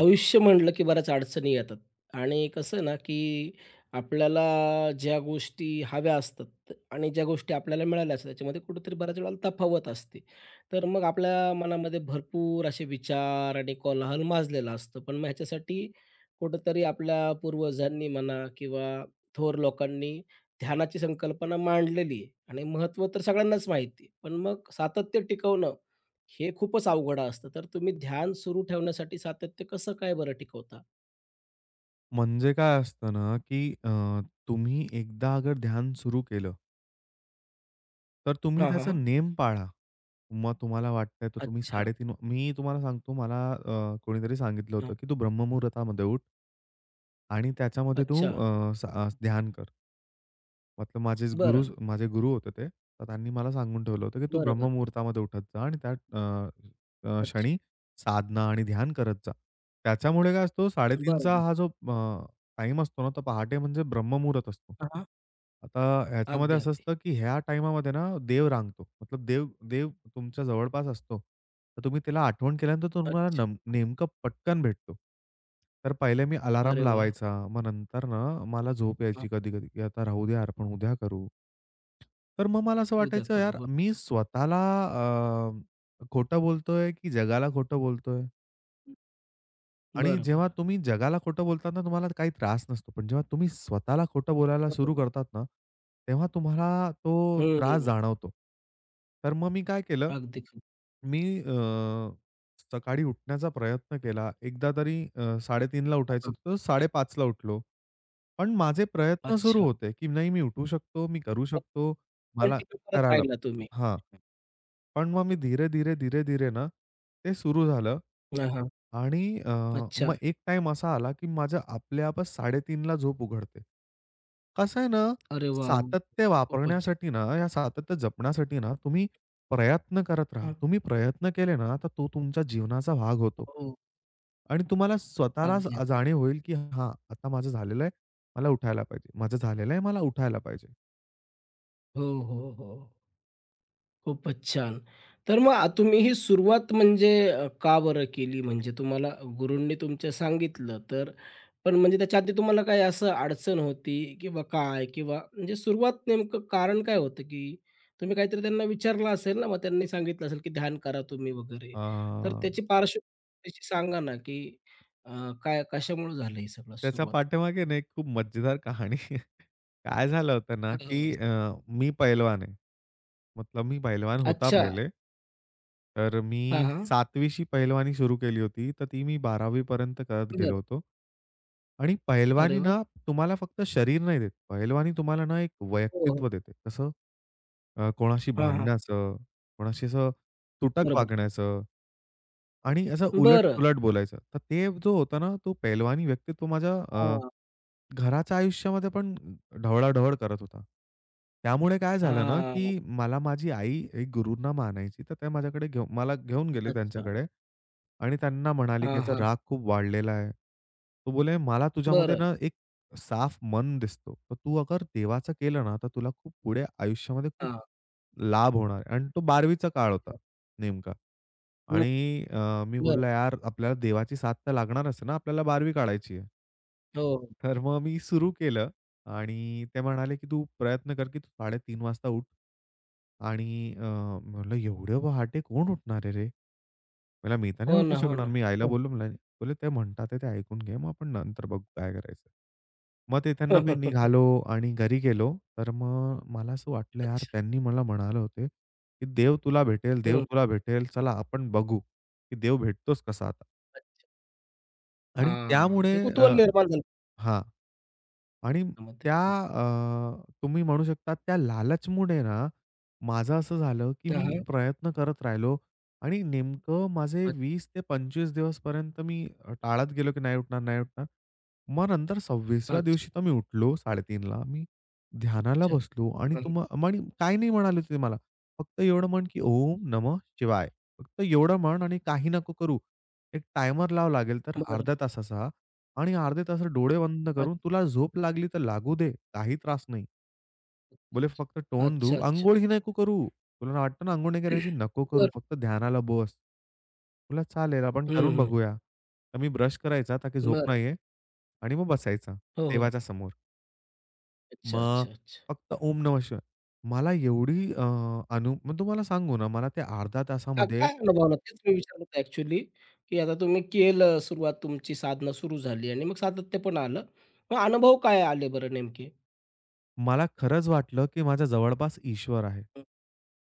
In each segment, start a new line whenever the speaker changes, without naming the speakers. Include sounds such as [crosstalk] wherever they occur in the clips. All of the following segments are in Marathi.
आयुष्य म्हटलं की बऱ्याच अडचणी येतात आणि कसं आहे ना, की आपल्याला ज्या गोष्टी हव्या असतात आणि ज्या गोष्टी आपल्याला मिळाल्या असतात त्याच्यामध्ये कुठेतरी बऱ्याच वेळेला तफावत असते. तर मग आपल्या मनामध्ये भरपूर असे विचार आणि कोलाहल माजलेला असतो. पण मग ह्याच्यासाठी कुठेतरी आपल्या पूर्वजांनी म्हणा किंवा थोर लोकांनी ध्यानाची संकल्पना मांडलेली आहे आणि महत्त्व तर सगळ्यांनाच माहिती आहे. पण मग सातत्य टिकवणं हे खूपच अवघड असतं. तर तुम्ही ध्यान सुरू ठेवण्यासाठी सातत्य कसं काय बरं टिकवता?
म्हणजे काय असतं ना, की तुम्ही एकदा अगर ध्यान सुरू केलं, तर तुम्ही
हां, हां, हां.
त्याचं नेम पाळा. मग तुम्हाला वाटतंय तर तुम्ही
अच्छा.
3:30 मी तुम्हाला सांगतो मला कोणीतरी सांगितलं
हां.
होतं, की "तू ब्रह्ममुहूर्तामध्ये उठ आणि त्याच्यामध्ये तू
अच्छा.
ध्यान कर." मतलब माझेच गुरु
बरं.
माझे गुरु होते ते. तर त्यांनी मला सांगून ठेवलं होतं, की "तू
बरं, बरं.
ब्रह्ममुहूर्तामध्ये उठत जा आणि त्या अ, अ,
अच्छा.
क्षणी साधना आणि ध्यान करत जा." त्याच्यामुळे काय असतो
बरं,
3:30चा
बरं.
हा जो टाईम असतो ना, तर पहाटे म्हणजे ब्रह्ममुहूर्त असतो.
हां, हां.
आता
अगदी,
ह्याच्यामध्ये असं
अगदी.
असतं, की ह्या टाईमामध्ये ना देव रांगतो. मतलब देव देव तुमच्या जवळपास असतो. तर तुम्ही त्याला आठवण केल्यानंतर तुम्हाला
अच्छा.
नेमकं पटकन भेटतो. तर पहिले मी अलाराम
अरे वाह!
लावायचा. मग नंतर ना मला झोप
हां.
यायची कधी-कधी, की आता राहू दे यार, पण उद्या करू. तर मग मला असं
उद्या
वाटायचं
करू.
यार,
हो.
मी स्वतःला खोटं बोलतोय की जगाला खोटं बोलतोय? आणि
बरं,
जेव्हा
बरं.
तुम्ही जगाला खोटं बोलतात ना, तुम्हाला काही त्रास नसतो. पण जेव्हा तुम्ही स्वतःला खोटं बोलायला सुरू
बरोबर.
करतात ना, तेव्हा तुम्हाला तो त्रास
हं.
जाणवतो. तर मग मी काय केलं,
अगदी खरं.
मी सकाळी उठण्याचा प्रयत्न केला. एकदा तरी 3:30ला
हां,
उठायचं
हां.
होतं, तर 5:30ला उठलो. पण माझे प्रयत्न सुरू
अच्छा.
होते, की नाही मी उठू शकतो, मी करू
तर
शकतो, मला
कंटिन्यू करत
करायला
राहिला तुम्ही.
हां. पण मग मी धीरे, धीरे, धीरे, धीरे ना, ते सुरू झालं
हां, हां.
आणि
अच्छा.
मग एक टाईम असा आला, की माझं आपल्या-आपच 3:30ला झोप उघडते. कसं आहे ना,
अरे वाह!
सातत्य
खूपच.
वापरण्यासाठी ना, या सातत्य जपण्यासाठी ना, तुम्ही प्रयत्न करत राहा.
हां.
तुम्ही प्रयत्न केले ना, तर तो तुमच्या जीवनाचा भाग होतो
हो.
आणि तुम्हाला स्वतःलाच
अगदी.
जाणीव होईल, की हां, आता माझं झालेलं आहे, मला उठायला पाहिजे. माझं झालेलं आहे, मला उठायला पाहिजे.
हो, हो, हो. खूपच छान. तर मग तुम्ही ही सुरुवात म्हणजे का बरं केली? म्हणजे तुम्हाला गुरूंनी तुमच्या सांगितलं तर पण म्हणजे त्याच्या आधी तुम्हाला काही असं अडचण होती किंवा काय? किंवा म्हणजे सुरुवात नेमकं कारण काय होतं? की तुम्ही काहीतरी त्यांना विचारलं असेल ना, मग त्यांनी सांगितलं असेल की ध्यान करा तुम्ही वगैरे.
अ
तर त्याची पार्श्वभूमी सांगा ना, की अ, काय कशामुळे झालं ही सगळं
त्याच्या
सुरुवात?
पाठीमागे ना एक खूप मजेदार कहाणी आहे. काय झालं होतं ना,
हो, हो.
की मी पैलवान आहे. मतलब मी पैलवान होता
अच्छा.
पहिले. तर मी
हां, हां.
7वी शी पैलवानी सुरू केली होती. तर ती मी बारावी पर्यंत करत
बरं.
गेलो होतो. आणि
अरे
पैलवानी
वाह!
ना तुम्हाला फक्त शरीर नाही देत. पैलवानी तुम्हाला ना एक
हो, हो.
व्यक्तित्व देते. कसं? कोणाशी
हां, हां.
भांडण्याचं, कोणाशी असं तुटक
बरोबर.
वागण्याचं. आणि असं
बरं.
उलट-सुलट बोलायचं. तर ते जो होता ना, तो पैलवानी व्यक्तित्व माझ्या घराच्या आयुष्यामध्ये पण ढवळाढवळ करत होता. त्यामुळे काय झालं ना,
हां.
की माझी आई एक गुरूंना मानायची. तर ते माझ्याकडे घेऊ मला घेऊन गेले
अच्छा.
त्यांच्याकडे आणि त्यांना म्हणाली, की
हां,
"याचा
हां.
राग खूप वाढलेला आहे." तो बोले, "मला तुझ्यामध्ये
बरं.
ना एक साफ मन दिसतो. तर तू अगर देवाचं केलं ना, तर तुला खूप पुढे आयुष्यामध्ये खूप
हां.
लाभ होणार आहे." आणि तो 12वी चा काळ होता. नेमका.
हं.
आणि मी
बरं.
बोलला, "यार, आपल्याला देवाची साथ तर लागणारच ना, आपल्याला बारवी काढायची आहे."
हो, हो.
तर मग मी सुरू केलं आणि ते म्हणाले, की "तू प्रयत्न कर, की तू साडे तीन वाजता उठ." आणि म्हटलं, "एवढं पहाटे कोण उठणार आहे रे?" मला मी तर नाही
हो
उठू
ना, हो
शकणार.
ना.
मी आईला
हो.
बोललो मला बोलले, "ते म्हणतात आहे ते ऐकून घे, मग आपण नंतर बघू काय करायचं." मग ते त्यांना मी निघालो
[laughs]
आणि घरी गेलो. तर मग मला असं वाटलं यार
अच्छा.
त्यांनी मला म्हणाले होते, की "देव तुला भेटेल, देव
हं.
तुला भेटेल. चला आपण बघू, की देव भेटतोच कसा आता." आणि
हां.
त्यामुळे
ते
अ,
कुतूहल निर्माण झालं
हां. आणि
त्यामध्ये.
त्या
हं.
तुम्ही म्हणू शकता त्या लालचमुळे ना, माझं असं झालं, की
हां,
मी
हां.
प्रयत्न करत राहिलो आणि नेमकं माझे 20 ते 25 दिवसपर्यंत मी टाळत गेलो, की नाही उठणार, नाही उठणार. मग नंतर
अच्छा,
26व्या
अच्छा,
दिवशी तर मी उठलो 3:30ला. मी ध्यानाला
अच्छा.
बसलो आणि
हं,
आणि काही नाही म्हणाले ते मला. फक्त एवढं म्हण, की "ओम नमः शिवाय." फक्त एवढं म्हण आणि काही नको करू. एक टायमर लावावा लागेल तर
बरं.
अर्ध्या तासाचा. आणि अर्धे तास डोळे बंद
अ
करून तुला झोप लागली तर लागू दे, काही त्रास नाही. बोले फक्त तोंड
अच्छा,
धू,
अच्छा,
अंघोळ ही
अच्छा.
नको करू. तुला वाटतं ना अंघोळ नाही करायची? नको करू.
बरं.
फक्त ध्यानाला बस. बोलला चालेल आपण
हं,
करून
हं.
बघूया. तर मी ब्रश करायचा ताकी झोप
बरं.
नाही आहे आणि मग बसायचा
हो, हो.
देवाच्या समोर.
अच्छा,
मग
अच्छा, अच्छा.
फक्त ओम नमः शिवाय. मला एवढी अ, अनु मग तुम्हाला सांगू ना मला त्या अर्ध्या
हां,
तासामध्ये
काय अनुभवला? तेच मी विचारलं होतं ॲक्चुअली, की आता तुम्ही केलं सुरुवात, तुमची साधना सुरू झाली आणि मग सातत्य पण आलं. मग अनुभव काय आले बरं नेमके?
मला खरंच वाटलं, की माझ्या जवळपास ईश्वर आहे.
हं.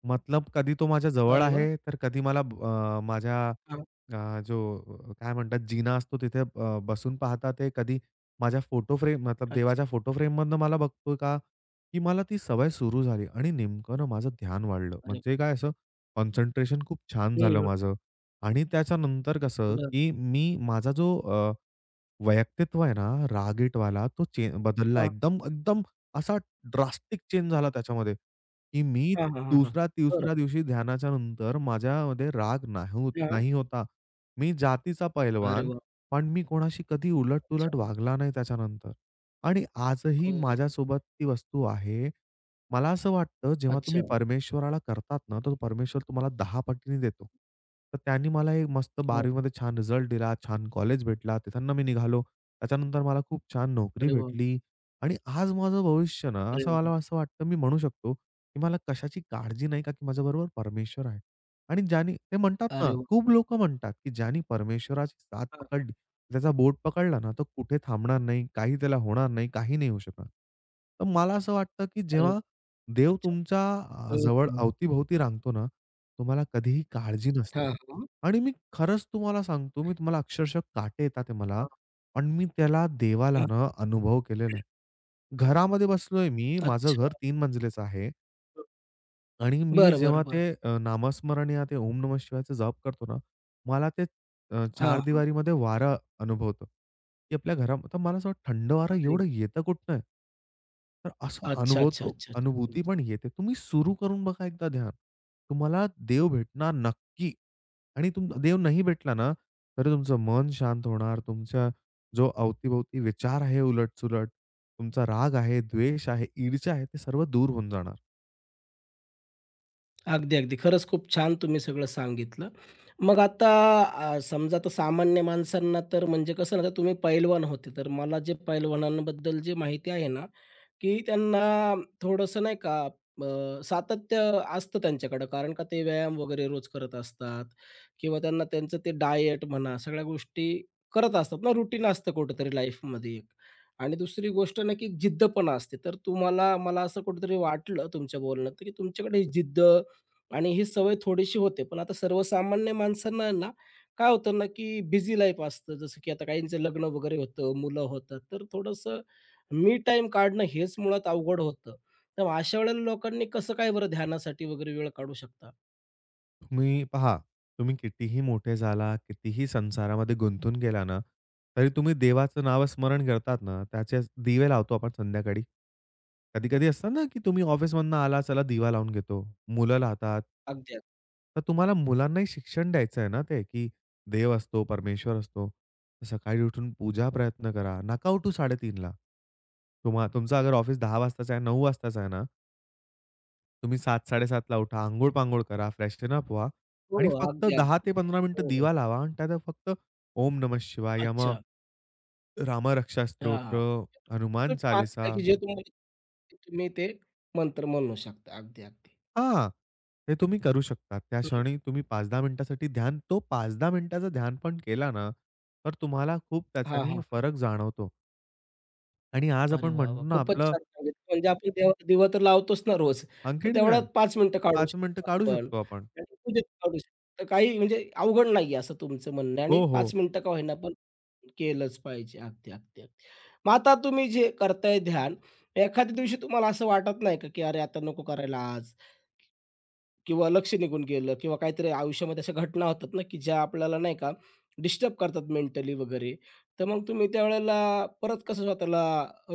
मतलब कधी तो माझ्या जवळ
अरे वाह!
आहे, तर कधी मला माझ्या
हां,
अ, जो काय म्हणतात जिना असतो तिथे बसून पाहतात आहे. कधी माझ्या फोटो फ्रेम मतलब
अच्छा.
देवाच्या फोटो फ्रेममधनं मला बघतोय का, की मला ती सवय सुरू झाली आणि नेमकं ना माझं ध्यान वाढलं.
अरे
म्हणजे काय असं कॉन्सन्ट्रेशन खूप छान
हं,
झालं
हं.
माझं आणि त्याच्यानंतर कसं,
बरं.
की मी माझा जो व्यक्तित्व आहे ना, रागीटवाला तो चे बदलला
हां,
एकदम असा ड्रास्टिक चेंज झाला त्याच्यामध्ये, की मी
हां, हां, हां, हां.
दुसऱ्या-तिसऱ्या
बरं.
दिवशी ध्यानाच्या नंतर माझ्यामध्ये राग नाही होत
हां.
नाही होता. मी जातीचा
अरे
पैलवान,
वाह!
पण मी कोणाशी कधी
अच्छा.
उलट-तुलट वागला नाही त्याच्यानंतर. आणि
हो,
आजही
हो.
माझ्यासोबत ती वस्तू आहे. मला असं वाटतं, जेव्हा
अच्छा.
तुम्ही परमेश्वराला करतात ना, तर परमेश्वर तुम्हाला दहा पटीने देतो. तर त्यांनी मला एक मस्त
हो.
12वी मध्ये छान रिझल्ट दिला, छान कॉलेज भेटला, तिथून मी निघालो. त्याच्यानंतर मला खूप छान नोकरी
अरे वाह!
भेटली आणि आज माझं भविष्य ना,
अरे
असं
वाह!
मला असं वाटतं, मी म्हणू शकतो, की मला कशाची काळजी नाही, का की माझ्याबरोबर परमेश्वर आहे. आणि ज्यानी ते म्हणतात
अरे
ना,
वाह!
खूप लोकं म्हणतात, की ज्यानी परमेश्वराची साथ
हां, हां.
पकडली, त्याचा बोट पकडला ना, तर कुठे थांबणार नाही, काही त्याला होणार नाही, काही नाही होऊ शकणार. तर मला असं वाटतं, की
अरे
जेव्हा देव
अच्छा.
तुमच्या
हं,
जवळ
हं.
अवती रांगतो ना, तुम्हाला कधीही काळजी नसते.
हां, हां.
आणि मी खरंच तुम्हाला सांगतो, मी तुम्हाला अक्षरशः काटे येतात आहे मला.
हां,
पण मी त्याला देवाला
हां.
ना अनुभव केलेला आहे. घरामध्ये बसलोय मी. माझं
अच्छा.
घर 3 मंजिलेचं आहे. आणि मी
बरं,
जेव्हा
बरं, बरं.
ते नामस्मरण या ते ओम नमः शिवायचं जप करतो ना, मला ते
हां, हां.
चारदिवारीमध्ये वारा अनुभवतो, की आपल्या घरामध्ये तर मला असं वाटतं थंड वारा
अरे
एवढं येतं कुठनं आहे? तर असा
अच्छा, अच्छा,
अनुभवतो
अच्छा, अच्छा.
अनुभूती पण येते. तुम्ही सुरू करून बघा एकदा ध्यान. तुम्हाला देव भेटणार नक्की आणि देव नाही भेटला ना, तरी तुमचं मन शांत होणार. तुमच्या जो अवती विचार आहे उलट तुमचा राग आहे, द्वेष आहे, ईर्ष्या आहे, ते सर्व दूर होऊन जाणार.
अगदी, अगदी. खरंच खूप छान तुम्ही सगळं सांगितलं. मग आता समजा तर सामान्य माणसांना तर म्हणजे कसं ना, आता तुम्ही पैलवान होते, तर मला जे पैलवानांबद्दल जी माहिती आहे ना, की त्यांना थोडंसं नाही का सातत्य असतं त्यांच्याकडं कारण का ते व्यायाम वगैरे रोज करत असतात किंवा त्यांना त्यांचं ते डाएट म्हणा सगळ्या गोष्टी करत असतात ना रुटीन असतं कुठेतरी लाईफमध्ये एक. आणि दुसरी गोष्ट ना की जिद्द पण असते. तर तुम्हाला मला असं कुठेतरी वाटलं तुमच्या बोलण्यात की तुमच्याकडे ही जिद्द आणि ही सवय थोडीशी होते. पण आता सर्वसामान्य माणसांना आहे ना, काय होतं ना की बिझी लाईफ असतं. जसं की आता काहींचं लग्न वगैरे होतं, मुलं होतात. तर थोडंसं मी टाइम काढणं हेच मुळात अवघड होतं. तर मग अशा वेळेला लोकांनी कसं काय बरं ध्यानासाठी वगैरे वेळ काढू शकता?
तुम्ही पहा, तुम्ही कितीही मोठे झाला, कितीही संसारामध्ये गुंतून गेला ना, तरी तुम्ही देवाचं नावस्मरण करतात ना, त्याचे दिवे लावतो आपण संध्याकाळी. कधी-कधी असतं ना, की तुम्ही ऑफिसमधनं आला, चला दिवा लावून घेतो. मुलं राहतात.
अगदी, अगदी.
तर तुम्हाला मुलांनाही शिक्षण द्यायचं आहे ना ते, की देव असतो, परमेश्वर असतो. तर सकाळी उठून पूजा प्रयत्न करा. नका उठू 3:30 तुमचं अगर ऑफिस 10 वाजताचं आहे, 9 वाजताचं आहे ना, तुम्ही 7:00-7:30ला उठा, अंघोळ-पांघोळ करा, फ्रेशन अप व्हा
हो,
आणि फक्त
अगदी,
दहा
अगदी,
ते
अगदी.
15 मिनिटं
हो, हो.
दिवा लावा आणि त्यात फक्त ओम नमः शिवाय, या मग
अच्छा.
रामरक्षा स्तोत्र,
हां. तुम्ही
हनुमान चालीसा
मागताय की जे तुम्हाला तुम्ही ते मंत्र म्हणू शकता. अगदी, अगदी.
हां, ते तुम्ही करू शकता. त्या
हं.
क्षणी तुम्ही 5-10 मिनिटासाठी ध्यान तो 5-10 मिनिटाचं ध्यान पण केला ना, तर तुम्हाला खूप
हां,
त्याच्यानी
हां.
फरक जाणवतो आणि आज
अरे
आपण
वाह, वाह!
म्हणतो ना,
खूपच
आपलं
छान सांगितलं. म्हणजे आपण देवाला दिवा तर लावतोच ना रोज. तर
आणखीन काय
तेवढ्यात 5 मिनिटं काढू
5 मिनिटं
शकतो
काढू
आपण
शकतो आपण.
आणि पूजेत काढू शकतो. तर काही म्हणजे अवघड नाहीये असं तुमचं म्हणणं आहे आणि
हो,
5
हो.
मिनिटं का होईना पण केलंच पाहिजे. अगदी, अगदी, अगदी. मग आता तुम्ही जे करताय ध्यान, एखाद्या दिवशी तुम्हाला असं वाटत नाही का, की "अरे, आता नको करायला आज." किंवा लक्ष निघून गेलं किंवा काहीतरी आयुष्यामध्ये अशा घटना होतात ना, की ज्या आपल्याला नाही का डिस्टर्ब करतात मेंटली वगैरे. तर मग तुम्ही त्यावेळेला परत कसं स्वतःला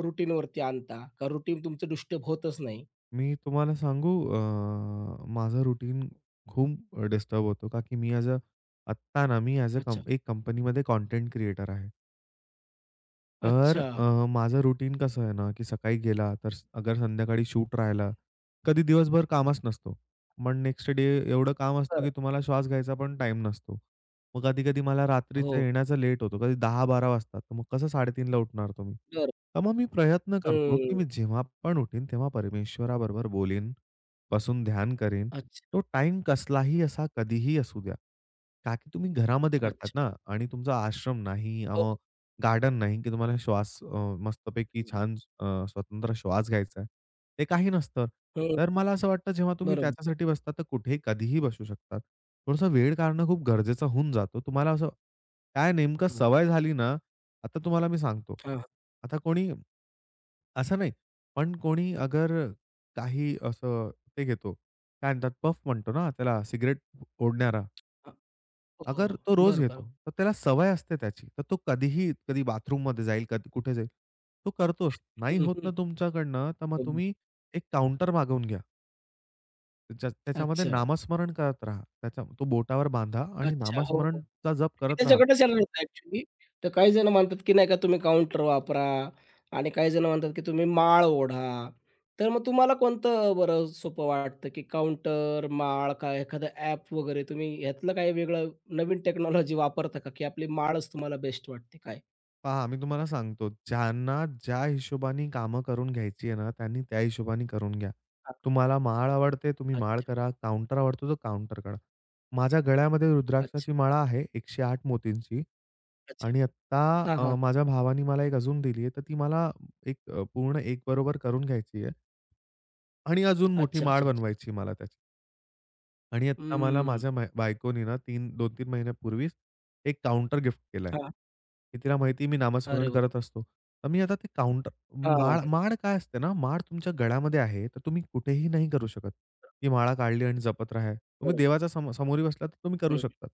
रुटीनवरती आणता? का रुटीन तुमचं डिस्टर्ब होतच नाही?
मी तुम्हाला सांगू माझं रुटीन खूप डिस्टर्ब होतो का की मी ॲज अ आत्ता ना मी ॲज अ
अच्छा.
एक कंपनीमध्ये कंटेंट क्रिएटर आहे. तर
अच्छा.
माझं रुटीन कसं आहे ना, की सकाळी गेला तर अगर संध्याकाळी शूट राहिला, कधी दिवसभर कामच नसतो. मग नेक्स्ट डे एवढं काम असतं,
बरं.
की तुम्हाला श्वास घ्यायचा पण टाइम नसतो. मग कधी-कधी मला रात्रीचं
हो.
येण्याचं लेट होतो. कधी 10 बारा वाजतात. तर मग कसं 3:30ला उठणार तुम्ही?
बरं.
तर मग मी प्रयत्न करतो, की
हं.
मी जेव्हा पण उठीन, तेव्हा परमेश्वराबरोबर बोलीन, बसून ध्यान करीन.
अच्छा.
तो टाईम कसलाही असा, कधीही असू द्या. का की तुम्ही घरामध्ये करतात
अच्छा.
ना आणि तुमचा आश्रम नाही.
हो,
गार्डन नाही, की तुम्हाला श्वास मस्तपैकी
बरोबर आहे.
छान स्वतंत्र श्वास घ्यायचा आहे. ते काही नसतं.
हं.
तर मला असं वाटतं जेव्हा तुम्ही
बरोबर.
त्याच्यासाठी बसता, तर कुठेही कधीही बसू शकतात. थोडासा वेळ काढणं खूप गरजेचं होऊन जातो. तुम्हाला असं काय नेमकं
हं.
सवय झाली ना, आता तुम्हाला मी सांगतो.
हां,
आता कोणी असं नाही, पण कोणी अगर काही असं ते घेतो, काय म्हणतात पफ म्हणतो ना त्याला सिगारेट ओढणारा.
हां. हो.
अगर तो रोज
बरं,
घेतो,
बरोबर.
तर त्याला सवय असते त्याची. तर तो कधीही, कधी बाथरूममध्ये जाईल, कधी कुठे जाईल, तो करतोच. नाही
हं,
होत
हं.
ना तुमच्याकडनं, तर मग
बरोबर.
तुम्ही एक काउंटर मागवून घ्या. ज्या त्याच्यामध्ये
अच्छा.
नामस्मरण करत राहा. त्याच्या तो बोटावर बांधा आणि
अच्छा. हो.
नामस्मरणचा जप
मी
करत राहा.
त्याच्याकडेच येणार होतो ॲक्चुअली. तर काही जण म्हणतात, की नाही का तुम्ही काउंटर वापरा आणि काही जण म्हणतात, की तुम्ही माळ ओढा. तर मग तुम्हाला कोणतं बरं सोपं वाटतं, की काउंटर, माळ का एखादं ॲप वगैरे तुम्ही ह्यातलं काही वेगळं नवीन टेक्नॉलॉजी वापरता का, की आपली माळच तुम्हाला बेस्ट वाटते काय?
पहा, मी तुम्हाला सांगतो, ज्यांना ज्या हिशोबाने कामं करून घ्यायची आहे ना, त्यांनी त्या हिशोबाने करून घ्या.
हां,
तुम्हाला माळ आवडते, तुम्ही माळ
अच्छा,
करा. काउंटर आवडतो, तर काउंटर करा. माझ्या गळ्यामध्ये
अच्छा,
रुद्राक्षाची माळा आहे 108 मोतींची
अच्छा.
आणि आत्ता
हां, हां.
माझ्या भावाने मला एक अजून दिली आहे, तर ती मला एक पूर्ण 1 बरोबर करून घ्यायची आहे आणि अजून मोठी
अच्छा,
माळ
अच्छा, अच्छा.
बनवायची मला त्याची. आणि आत्ता मला
हम्म.
माझ्या बायकोनी ना 3 2-3 महिन्यापूर्वीच एक काउंटर गिफ्ट केलाय.
हां.
की तिला माहिती मी
अरे
नामस्मरण
वाह!
करत असतो. तर मी आता ते काउंटर
हां,
माळ माळ काय असते ना, माळ तुमच्या गळ्यामध्ये आहे, तर तुम्ही कुठेही नाही करू शकत. ती माळा काढली आणि जपत राहा. तुम्ही
बरोबर.
देवाच्या समोरी बसलात तर तुम्ही करू
हं,
शकतात.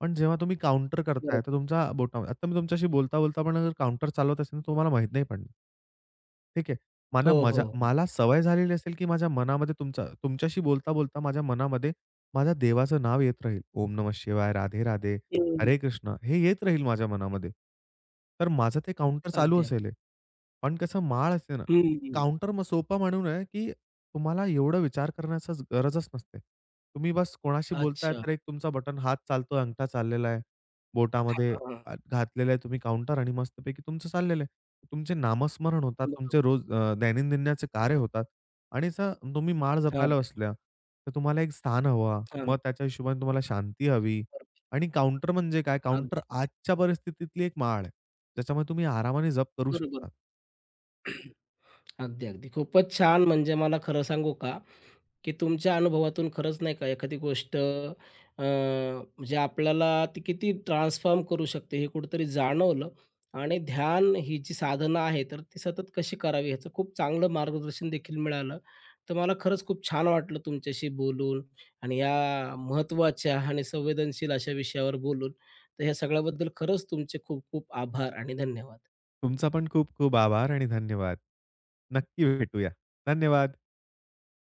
पण जेव्हा तुम्ही काउंटर
बरोबर.
करताय, तर तुमच्या बोटामध्ये आता मी तुमच्याशी बोलता-बोलता पण अगर काउंटर चालवत असेल, तर तुम्हाला माहीत नाही पडणार. ठीक आहे.
हो, हो, हो.
मला सवय झालेली असेल, की माझ्या मनामध्ये तुमच्याशी बोलता-बोलता माझ्या मनामध्ये माझ्या देवाचं नाव येत राहील. ओम नमः शिवाय, राधे राधे,
हं.
हरे कृष्ण हे येत राहील माझ्या मनामध्ये. तर माझं ते काउंटर चालू
अगदी, अगदी.
असेल हे. पण कसं माळ असते ना,
हं,
काउंटर मग सोपा म्हणून आहे, की तुम्हाला एवढा विचार करण्याचीच गरजच नसते. तुम्ही बस कोणाशी
अच्छा.
बोलताय,
हां,
तर एक तुमचा बटन हात चालतोय, अंगठा चाललेला आहे.
हां,
बोटामध्ये
हां.
घातलेलं आहे तुम्ही काउंटर आणि मस्तपैकी तुमचं चाललेलं आहे. तुमचे नामस्मरण होतात, तुमचे रोज दैनंदिनचे कार्य होतात आणि असं तुम्ही माळ
हां,
जपायला बसल्या, तर तुम्हाला एक स्थान हवा.
हां.
मग त्याच्या हिशोबाने तुम्हाला शांती हवी
बरोबर.
आणि काउंटर म्हणजे काय? काउंटर
अगदी
आजच्या परिस्थितीतली एक माळ आहे. ज्याच्यामुळे तुम्ही आरामाने जप करू
बरोबर.
शकता.
अगदी, अगदी. खूपच छान म्हणजे मला खरं सांगू का, की तुमच्या अनुभवातून खरंच नाही का एखादी गोष्ट म्हणजे आपल्याला ती किती ट्रान्सफॉर्म करू शकते हे कुठेतरी जाणवलं आणि ध्यान ही जी साधना आहे तर ती सतत कशी करावी ह्याचं खूप चांगलं मार्गदर्शन देखील मिळालं. तर मला खरंच खूप छान वाटलं तुमच्याशी बोलून आणि या महत्त्वाच्या आणि संवेदनशील अशा विषयावर बोलून. तर ह्या सगळ्याबद्दल खरंच तुमचे खूप खूप आभार आणि धन्यवाद.
तुमचा पण खूप खूप आभार आणि धन्यवाद. नक्की भेटूया. धन्यवाद.